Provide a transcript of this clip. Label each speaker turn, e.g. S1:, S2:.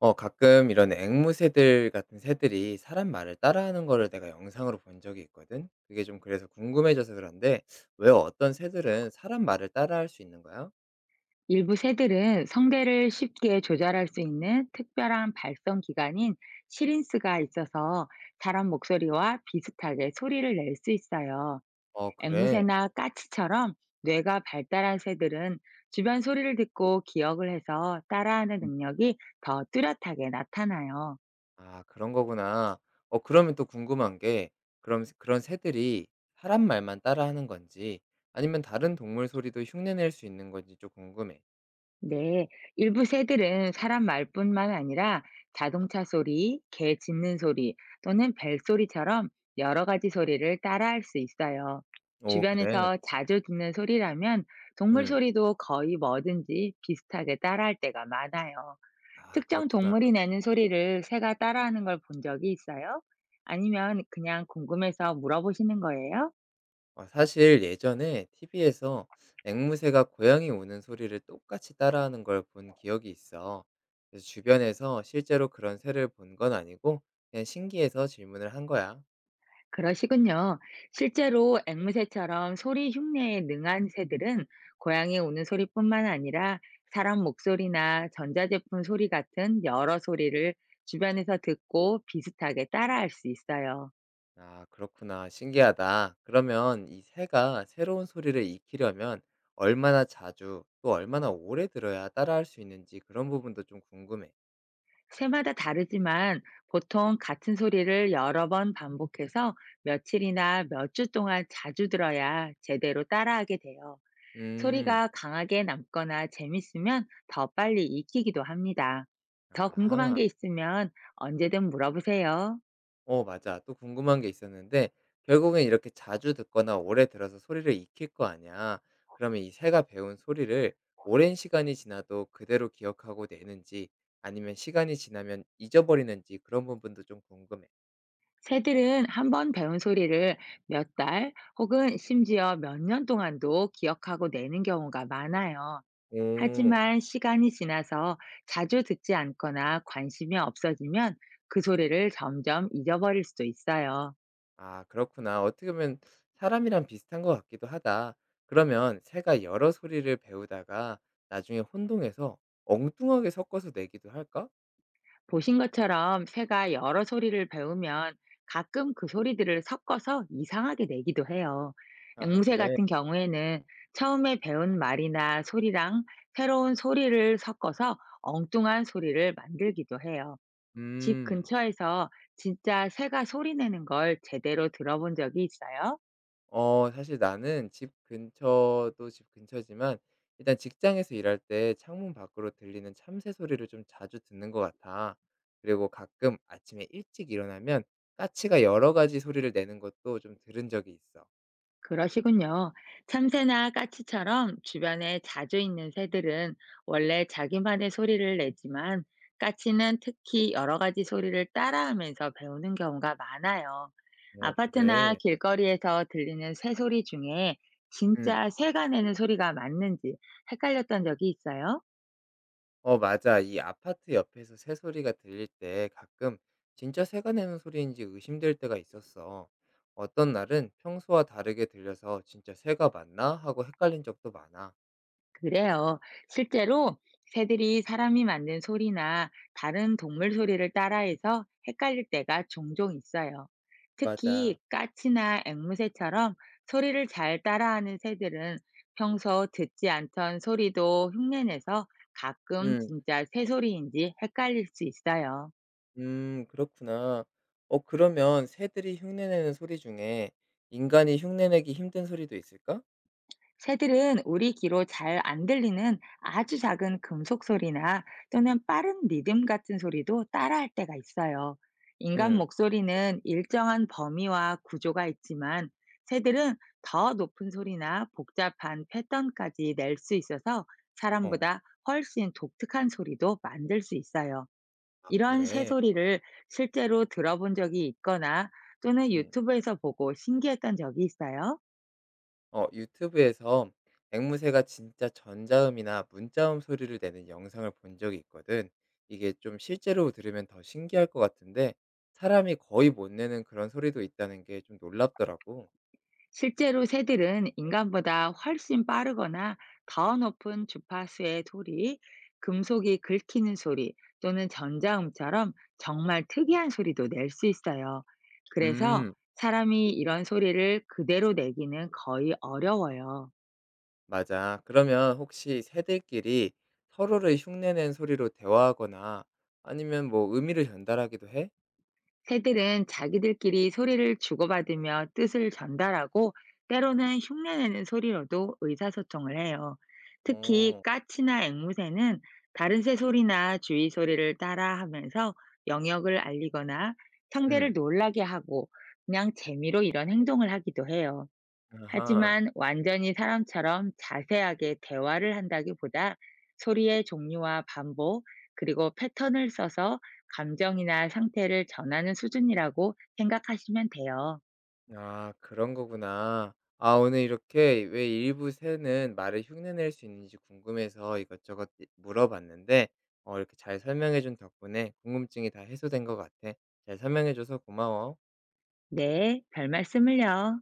S1: 가끔 이런 앵무새들 같은 새들이 사람 말을 따라하는 거를 내가 영상으로 본 적이 있거든. 그게 좀 그래서 궁금해져서 그런데 왜 어떤 새들은 사람 말을 따라할 수 있는 거야?
S2: 일부 새들은 성대를 쉽게 조절할 수 있는 특별한 발성 기관인 시린스가 있어서 사람 목소리와 비슷하게 소리를 낼 수 있어요.
S1: 그래.
S2: 앵무새나 까치처럼 뇌가 발달한 새들은 주변 소리를 듣고 기억을 해서 따라하는
S1: 음.
S2: 능력이 더 뚜렷하게 나타나요.
S1: 아 그런 거구나. 그러면 또 궁금한 게 그럼 그런 새들이 사람 말만 따라하는 건지 아니면 다른 동물 소리도 흉내낼 수 있는 건지 좀 궁금해.
S2: 네, 일부 새들은 사람 말뿐만 아니라 자동차 소리, 개 짖는 소리 또는 벨소리처럼 여러 가지 소리를 따라할 수 있어요.
S1: 오 그래.
S2: 주변에서 자주 듣는 소리라면 동물
S1: 음.
S2: 소리도 거의 뭐든지 비슷하게 따라할 때가 많아요.
S1: 아
S2: 특정
S1: 그렇구나.
S2: 동물이 내는 소리를 새가 따라하는 걸 본 적이 있어요? 아니면 그냥 궁금해서 물어보시는 거예요?
S1: 아 사실 예전에 TV에서 앵무새가 고양이 우는 소리를 똑같이 따라하는 걸 본 기억이 있어. 그래서 주변에서 실제로 그런 새를 본 건 아니고 그냥 신기해서 질문을 한 거야.
S2: 그러시군요. 실제로 앵무새처럼 소리 흉내에 능한 새들은 고양이 우는 소리뿐만 아니라 사람 목소리나 전자제품 소리 같은 여러 소리를 주변에서 듣고 비슷하게 따라할 수 있어요.
S1: 아, 그렇구나. 신기하다. 그러면 이 새가 새로운 소리를 익히려면 얼마나 자주 또 얼마나 오래 들어야 따라할 수 있는지 그런 부분도 좀 궁금해.
S2: 새마다 다르지만 보통 같은 소리를 여러 번 반복해서 며칠이나 몇 주 동안 자주 들어야 제대로 따라하게 돼요.
S1: 음,
S2: 소리가 강하게 남거나 재밌으면 더 빨리 익히기도 합니다. 더 궁금한
S1: 아하.
S2: 게 있으면 언제든 물어보세요.
S1: 맞아. 또 궁금한 게 있었는데 결국엔 이렇게 자주 듣거나 오래 들어서 소리를 익힐 거 아니야. 그러면 이 새가 배운 소리를 오랜 시간이 지나도 그대로 기억하고 내는지 아니면 시간이 지나면 잊어버리는지 그런 부분도 좀 궁금해.
S2: 새들은 한번 배운 소리를 몇 달 혹은 심지어 몇 년 동안도 기억하고 내는 경우가 많아요.
S1: 오.
S2: 하지만 시간이 지나서 자주 듣지 않거나 관심이 없어지면 그 소리를 점점 잊어버릴 수도 있어요.
S1: 아 그렇구나. 어떻게 보면 사람이랑 비슷한 것 같기도 하다. 그러면 새가 여러 소리를 배우다가 나중에 혼동해서 엉뚱하게 섞어서 내기도 할까?
S2: 보신 것처럼 새가 여러 소리를 배우면 가끔 그 소리들을 섞어서 이상하게 내기도 해요.
S1: 아
S2: 앵무새
S1: 그래.
S2: 같은 경우에는 처음에 배운 말이나 소리랑 새로운 소리를 섞어서 엉뚱한 소리를 만들기도 해요. 집
S1: 음.
S2: 근처에서 진짜 새가 소리 내는 걸 제대로 들어본 적이 있어요?
S1: 사실 나는 집 근처도 집 근처지만 일단 직장에서 일할 때 창문 밖으로 들리는 참새 소리를 좀 자주 듣는 것 같아. 그리고 가끔 아침에 일찍 일어나면 까치가 여러 가지 소리를 내는 것도 좀 들은 적이 있어.
S2: 그러시군요. 참새나 까치처럼 주변에 자주 있는 새들은 원래 자기만의 소리를 내지만 까치는 특히 여러 가지 소리를 따라하면서 배우는 경우가 많아요. 아파트나
S1: 그래.
S2: 길거리에서 들리는 새 소리 중에
S1: 음.
S2: 진짜 새가 내는 소리가 맞는지 헷갈렸던 적이 있어요?
S1: 맞아. 이 아파트 옆에서 새 소리가 들릴 때 가끔 진짜 새가 내는 소리인지 의심될 때가 있었어. 어떤 날은 평소와 다르게 들려서 진짜 새가 맞나 하고 헷갈린 적도 많아.
S2: 그래요. 실제로 새들이 사람이 만든 소리나 다른 동물 소리를 따라해서 헷갈릴 때가 종종 있어요.
S1: 맞아.
S2: 특히 까치나 앵무새처럼 소리를 잘 따라하는 새들은 평소 듣지 않던 소리도 흉내내서 가끔
S1: 음.
S2: 진짜 새 소리인지 헷갈릴 수 있어요.
S1: 그렇구나. 그러면 새들이 흉내내는 소리 중에 인간이 흉내내기 힘든 소리도 있을까?
S2: 새들은 우리 귀로 잘 안 들리는 아주 작은 금속 소리나 또는 빠른 리듬 같은 소리도 따라할 때가 있어요. 인간
S1: 음.
S2: 목소리는 일정한 범위와 구조가 있지만 새들은 더 높은 소리나 복잡한 패턴까지 낼 수 있어서
S1: 어.
S2: 사람보다 훨씬 독특한 소리도 만들 수 있어요.
S1: 아
S2: 이런 새
S1: 그래?
S2: 소리를 실제로 들어본 적이 있거나 또는
S1: 음.
S2: 유튜브에서 보고 신기했던 적이 있어요?
S1: 유튜브에서 앵무새가 진짜 전자음이나 문자음 소리를 내는 영상을 본 적이 있거든. 이게 좀 실제로 들으면 더 신기할 것 같은데 사람이 거의 못 내는 그런 소리도 있다는 게 좀 놀랍더라고.
S2: 실제로 새들은 인간보다 훨씬 빠르거나 더 높은 주파수의 소리, 금속이 긁히는 소리 또는 전자음처럼 정말 특이한 소리도 낼 수 있어요. 그래서
S1: 음.
S2: 사람이 이런 소리를 그대로 내기는 거의 어려워요.
S1: 맞아. 그러면 혹시 새들끼리 서로를 흉내낸 소리로 대화하거나 아니면 뭐 의미를 전달하기도 해?
S2: 새들은 자기들끼리 소리를 주고받으며 뜻을 전달하고 때로는 흉내내는 소리로도 의사소통을 해요. 특히
S1: 어.
S2: 까치나 앵무새는 다른 새 소리나 주위 소리를 따라하면서 영역을 알리거나 상대를
S1: 음.
S2: 놀라게 하고 그냥 재미로 이런 행동을 하기도 해요.
S1: 아하.
S2: 하지만 완전히 사람처럼 자세하게 대화를 한다기보다 소리의 종류와 반복, 그리고 패턴을 써서 감정이나 상태를 전하는 수준이라고 생각하시면 돼요.
S1: 아, 그런 거구나. 아, 오늘 이렇게 왜 일부 새는 말을 흉내낼 수 있는지 궁금해서 이것저것 물어봤는데, 어, 이렇게 잘 설명해준 덕분에 궁금증이 다 해소된 것 같아. 잘 설명해줘서 고마워.
S2: 네, 별 말씀을요.